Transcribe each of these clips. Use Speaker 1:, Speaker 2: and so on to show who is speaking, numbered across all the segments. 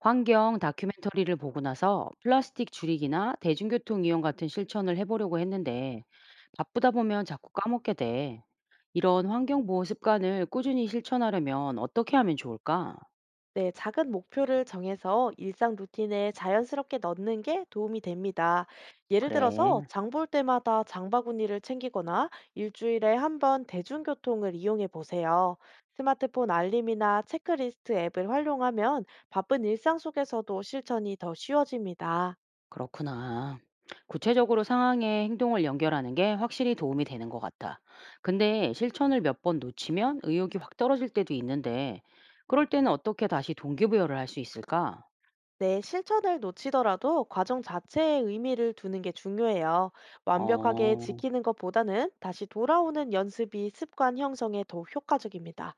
Speaker 1: 환경 다큐멘터리를 보고 나서 플라스틱 줄이기나 대중교통 이용 같은 실천을 해보려고 했는데 바쁘다 보면 자꾸 까먹게 돼. 이런 환경보호 습관을 꾸준히 실천하려면 어떻게 하면 좋을까?
Speaker 2: 네, 작은 목표를 정해서 일상 루틴에 자연스럽게 넣는 게 도움이 됩니다. 예를 들어서
Speaker 1: 그래,
Speaker 2: 장볼 때마다 장바구니를 챙기거나 일주일에 한번 대중교통을 이용해 보세요. 스마트폰 알림이나 체크리스트 앱을 활용하면 바쁜 일상 속에서도 실천이 더 쉬워집니다.
Speaker 1: 그렇구나. 구체적으로 상황에 행동을 연결하는 게 확실히 도움이 되는 것 같아. 근데 실천을 몇 번 놓치면 의욕이 확 떨어질 때도 있는데 그럴 때는 어떻게 다시 동기부여를 할 수 있을까?
Speaker 2: 네, 실천을 놓치더라도 과정 자체에 의미를 두는 게 중요해요. 완벽하게
Speaker 1: 어.
Speaker 2: 지키는 것보다는 다시 돌아오는 연습이 습관 형성에 더 효과적입니다.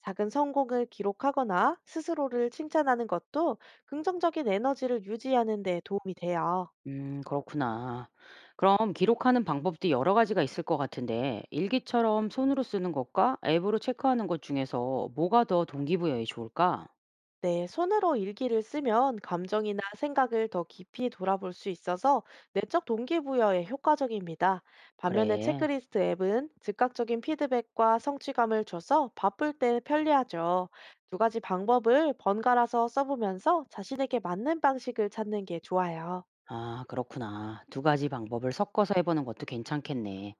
Speaker 2: 작은 성공을 기록하거나 스스로를 칭찬하는 것도 긍정적인 에너지를 유지하는 데 도움이 돼요.
Speaker 1: 그렇구나. 그럼 기록하는 방법도 여러 가지가 있을 것 같은데, 일기처럼 손으로 쓰는 것과 앱으로 체크하는 것 중에서 뭐가 더 동기부여에 좋을까?
Speaker 2: 네, 손으로 일기를 쓰면 감정이나 생각을 더 깊이 돌아볼 수 있어서 내적 동기부여에 효과적입니다. 반면에
Speaker 1: 그래.
Speaker 2: 체크리스트 앱은 즉각적인 피드백과 성취감을 줘서 바쁠 때 편리하죠. 두 가지 방법을 번갈아서 써보면서 자신에게 맞는 방식을 찾는 게 좋아요.
Speaker 1: 아, 그렇구나. 두 가지 방법을 섞어서 해보는 것도 괜찮겠네.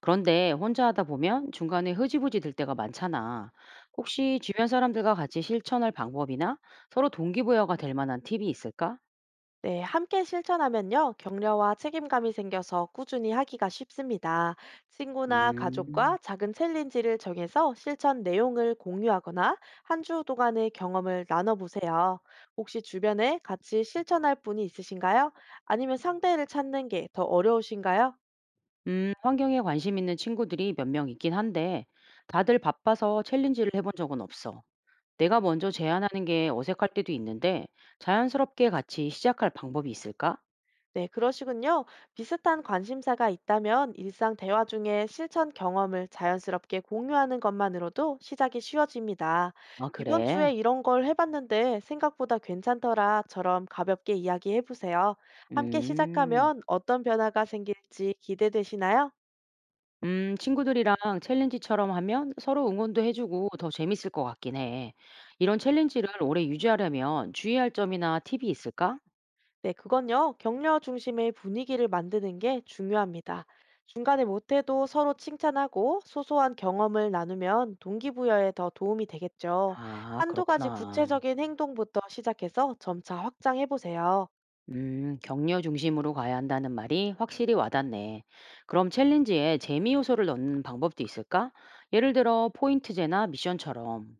Speaker 1: 그런데 혼자 하다 보면 중간에 흐지부지 될 때가 많잖아. 혹시 주변 사람들과 같이 실천할 방법이나 서로 동기부여가 될 만한 팁이 있을까?
Speaker 2: 네, 함께 실천하면요, 격려와 책임감이 생겨서 꾸준히 하기가 쉽습니다. 친구나
Speaker 1: 음.
Speaker 2: 가족과 작은 챌린지를 정해서 실천 내용을 공유하거나 한 주 동안의 경험을 나눠보세요. 혹시 주변에 같이 실천할 분이 있으신가요? 아니면 상대를 찾는 게 더 어려우신가요?
Speaker 1: 환경에 관심 있는 친구들이 몇 명 있긴 한데, 다들 바빠서 챌린지를 해본 적은 없어. 내가 먼저 제안하는 게 어색할 때도 있는데, 자연스럽게 같이 시작할 방법이 있을까?
Speaker 2: 네, 그러시군요. 비슷한 관심사가 있다면 일상 대화 중에 실천 경험을 자연스럽게 공유하는 것만으로도 시작이 쉬워집니다.
Speaker 1: 아,
Speaker 2: 이번
Speaker 1: 그래.
Speaker 2: 주에 이런 걸 해봤는데 생각보다 괜찮더라처럼 가볍게 이야기해보세요. 함께
Speaker 1: 음,
Speaker 2: 시작하면 어떤 변화가 생길지 기대되시나요?
Speaker 1: 음, 친구들이랑 챌린지처럼 하면 서로 응원도 해주고 더 재밌을 것 같긴 해. 이런 챌린지를 오래 유지하려면 주의할 점이나 팁이 있을까?
Speaker 2: 네, 그건요. 격려 중심의 분위기를 만드는 게 중요합니다. 중간에 못해도 서로 칭찬하고 소소한 경험을 나누면 동기부여에 더 도움이 되겠죠.
Speaker 1: 아,
Speaker 2: 한두 가지
Speaker 1: 그렇구나.
Speaker 2: 구체적인 행동부터 시작해서 점차 확장해 보세요.
Speaker 1: 격려 중심으로 가야 한다는 말이 확실히 와닿네. 그럼 챌린지에 재미 요소를 넣는 방법도 있을까? 예를 들어 포인트제나 미션처럼.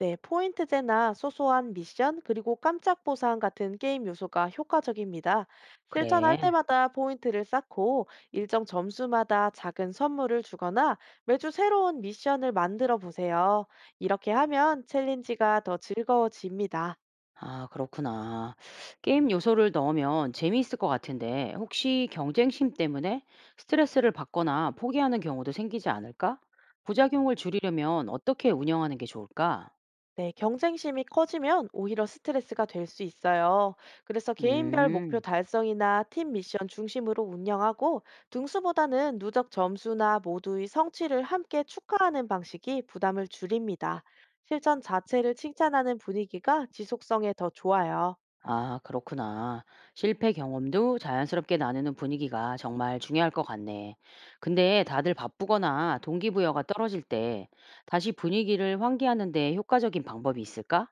Speaker 2: 네, 포인트제나 소소한 미션, 그리고 깜짝 보상 같은 게임 요소가 효과적입니다. 실천할
Speaker 1: 그래.
Speaker 2: 때마다 포인트를 쌓고 일정 점수마다 작은 선물을 주거나 매주 새로운 미션을 만들어 보세요. 이렇게 하면 챌린지가 더 즐거워집니다.
Speaker 1: 아, 그렇구나. 게임 요소를 넣으면 재미있을 것 같은데 혹시 경쟁심 때문에 스트레스를 받거나 포기하는 경우도 생기지 않을까? 부작용을 줄이려면 어떻게 운영하는 게 좋을까?
Speaker 2: 네, 경쟁심이 커지면 오히려 스트레스가 될 수 있어요. 그래서 개인별 목표
Speaker 1: 음.
Speaker 2: 달성이나 팀 미션 중심으로 운영하고 등수보다는 누적 점수나 모두의 성취를 함께 축하하는 방식이 부담을 줄입니다. 실천 자체를 칭찬하는 분위기가 지속성에 더 좋아요.
Speaker 1: 아, 그렇구나. 실패 경험도 자연스럽게 나누는 분위기가 정말 중요할 것 같네. 근데 다들 바쁘거나 동기부여가 떨어질 때 다시 분위기를 환기하는 데 효과적인 방법이 있을까?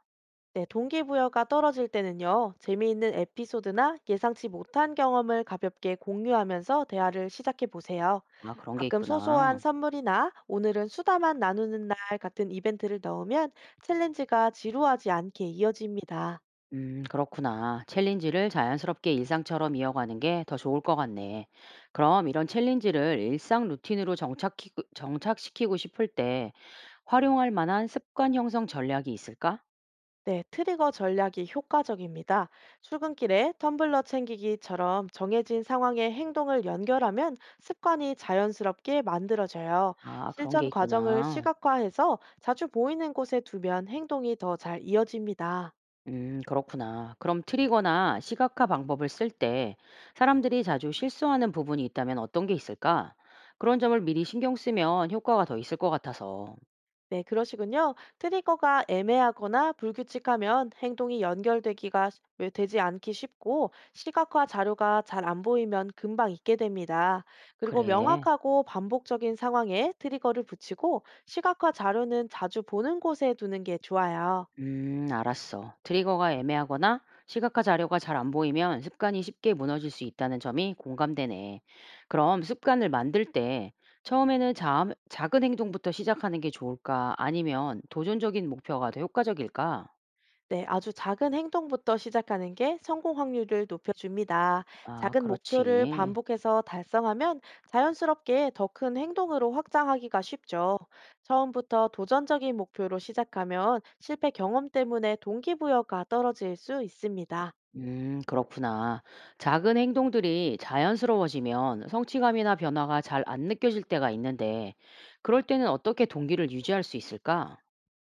Speaker 2: 네, 동기부여가 떨어질 때는요, 재미있는 에피소드나 예상치 못한 경험을 가볍게 공유하면서 대화를 시작해 보세요.
Speaker 1: 아, 그런 게
Speaker 2: 가끔 소소한
Speaker 1: 있구나.
Speaker 2: 선물이나 오늘은 수다만 나누는 날 같은 이벤트를 넣으면 챌린지가 지루하지 않게 이어집니다.
Speaker 1: 그렇구나. 챌린지를 자연스럽게 일상처럼 이어가는 게 더 좋을 것 같네. 그럼 이런 챌린지를 일상 루틴으로 정착시키고 싶을 때 활용할 만한 습관 형성 전략이 있을까?
Speaker 2: 네, 트리거 전략이 효과적입니다. 출근길에 텀블러 챙기기처럼 정해진 상황에 행동을 연결하면 습관이 자연스럽게 만들어져요.
Speaker 1: 아, 그런 게
Speaker 2: 실천 과정을
Speaker 1: 있구나.
Speaker 2: 시각화해서 자주 보이는 곳에 두면 행동이 더 잘 이어집니다.
Speaker 1: 그렇구나. 그럼 트리거나 시각화 방법을 쓸 때 사람들이 자주 실수하는 부분이 있다면 어떤 게 있을까? 그런 점을 미리 신경 쓰면 효과가 더 있을 것 같아서.
Speaker 2: 네, 그러시군요. 트리거가 애매하거나 불규칙하면 행동이 연결되기가 쉬- 왜 되지 않기 쉽고 시각화 자료가 잘 안 보이면 금방 잊게 됩니다. 그리고
Speaker 1: 그래.
Speaker 2: 명확하고 반복적인 상황에 트리거를 붙이고 시각화 자료는 자주 보는 곳에 두는 게 좋아요.
Speaker 1: 알았어. 트리거가 애매하거나 시각화 자료가 잘 안 보이면 습관이 쉽게 무너질 수 있다는 점이 공감되네. 그럼 습관을 만들 때 처음에는 작은 행동부터 시작하는 게 좋을까? 아니면 도전적인 목표가 더 효과적일까?
Speaker 2: 네, 아주 작은 행동부터 시작하는 게 성공 확률을 높여줍니다.
Speaker 1: 아,
Speaker 2: 작은 목표를
Speaker 1: 그렇지.
Speaker 2: 반복해서 달성하면 자연스럽게 더 큰 행동으로 확장하기가 쉽죠. 처음부터 도전적인 목표로 시작하면 실패 경험 때문에 동기부여가 떨어질 수 있습니다.
Speaker 1: 그렇구나. 작은 행동들이 자연스러워지면 성취감이나 변화가 잘 안 느껴질 때가 있는데, 그럴 때는 어떻게 동기를 유지할 수 있을까?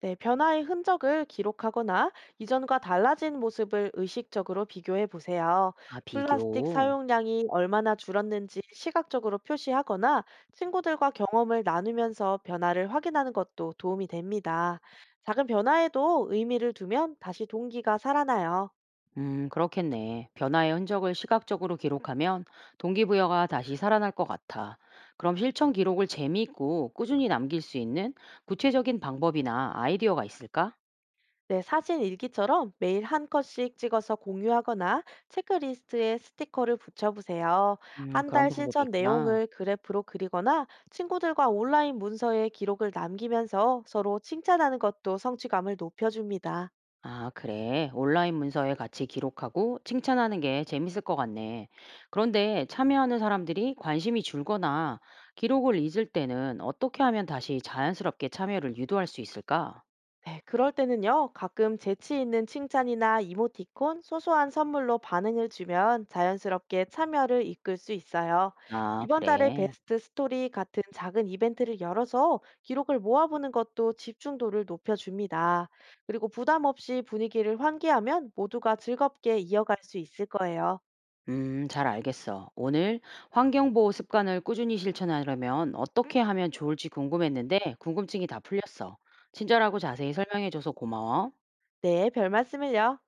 Speaker 2: 네, 변화의 흔적을 기록하거나 이전과 달라진 모습을 의식적으로 비교해 보세요.
Speaker 1: 아,
Speaker 2: 플라스틱
Speaker 1: 비교.
Speaker 2: 사용량이 얼마나 줄었는지 시각적으로 표시하거나 친구들과 경험을 나누면서 변화를 확인하는 것도 도움이 됩니다. 작은 변화에도 의미를 두면 다시 동기가 살아나요.
Speaker 1: 그렇겠네. 변화의 흔적을 시각적으로 기록하면 동기부여가 다시 살아날 것 같아. 그럼 실천 기록을 재미있고 꾸준히 남길 수 있는 구체적인 방법이나 아이디어가 있을까?
Speaker 2: 네, 사진 일기처럼 매일 한 컷씩 찍어서 공유하거나 체크리스트에 스티커를 붙여보세요. 한
Speaker 1: 그런
Speaker 2: 달
Speaker 1: 방법이
Speaker 2: 실천
Speaker 1: 있구나.
Speaker 2: 내용을 그래프로 그리거나 친구들과 온라인 문서에 기록을 남기면서 서로 칭찬하는 것도 성취감을 높여줍니다.
Speaker 1: 아, 그래. 온라인 문서에 같이 기록하고 칭찬하는 게 재밌을 것 같네. 그런데 참여하는 사람들이 관심이 줄거나 기록을 잊을 때는 어떻게 하면 다시 자연스럽게 참여를 유도할 수 있을까?
Speaker 2: 네, 그럴 때는요, 가끔 재치 있는 칭찬이나 이모티콘, 소소한 선물로 반응을 주면 자연스럽게 참여를 이끌 수 있어요.
Speaker 1: 아,
Speaker 2: 이번 달의
Speaker 1: 그래.
Speaker 2: 베스트 스토리 같은 작은 이벤트를 열어서 기록을 모아보는 것도 집중도를 높여줍니다. 그리고 부담 없이 분위기를 환기하면 모두가 즐겁게 이어갈 수 있을 거예요.
Speaker 1: 잘 알겠어. 오늘 환경보호 습관을 꾸준히 실천하려면 어떻게 하면 좋을지 궁금했는데 궁금증이 다 풀렸어. 친절하고 자세히 설명해줘서 고마워.
Speaker 2: 네, 별 말씀을요.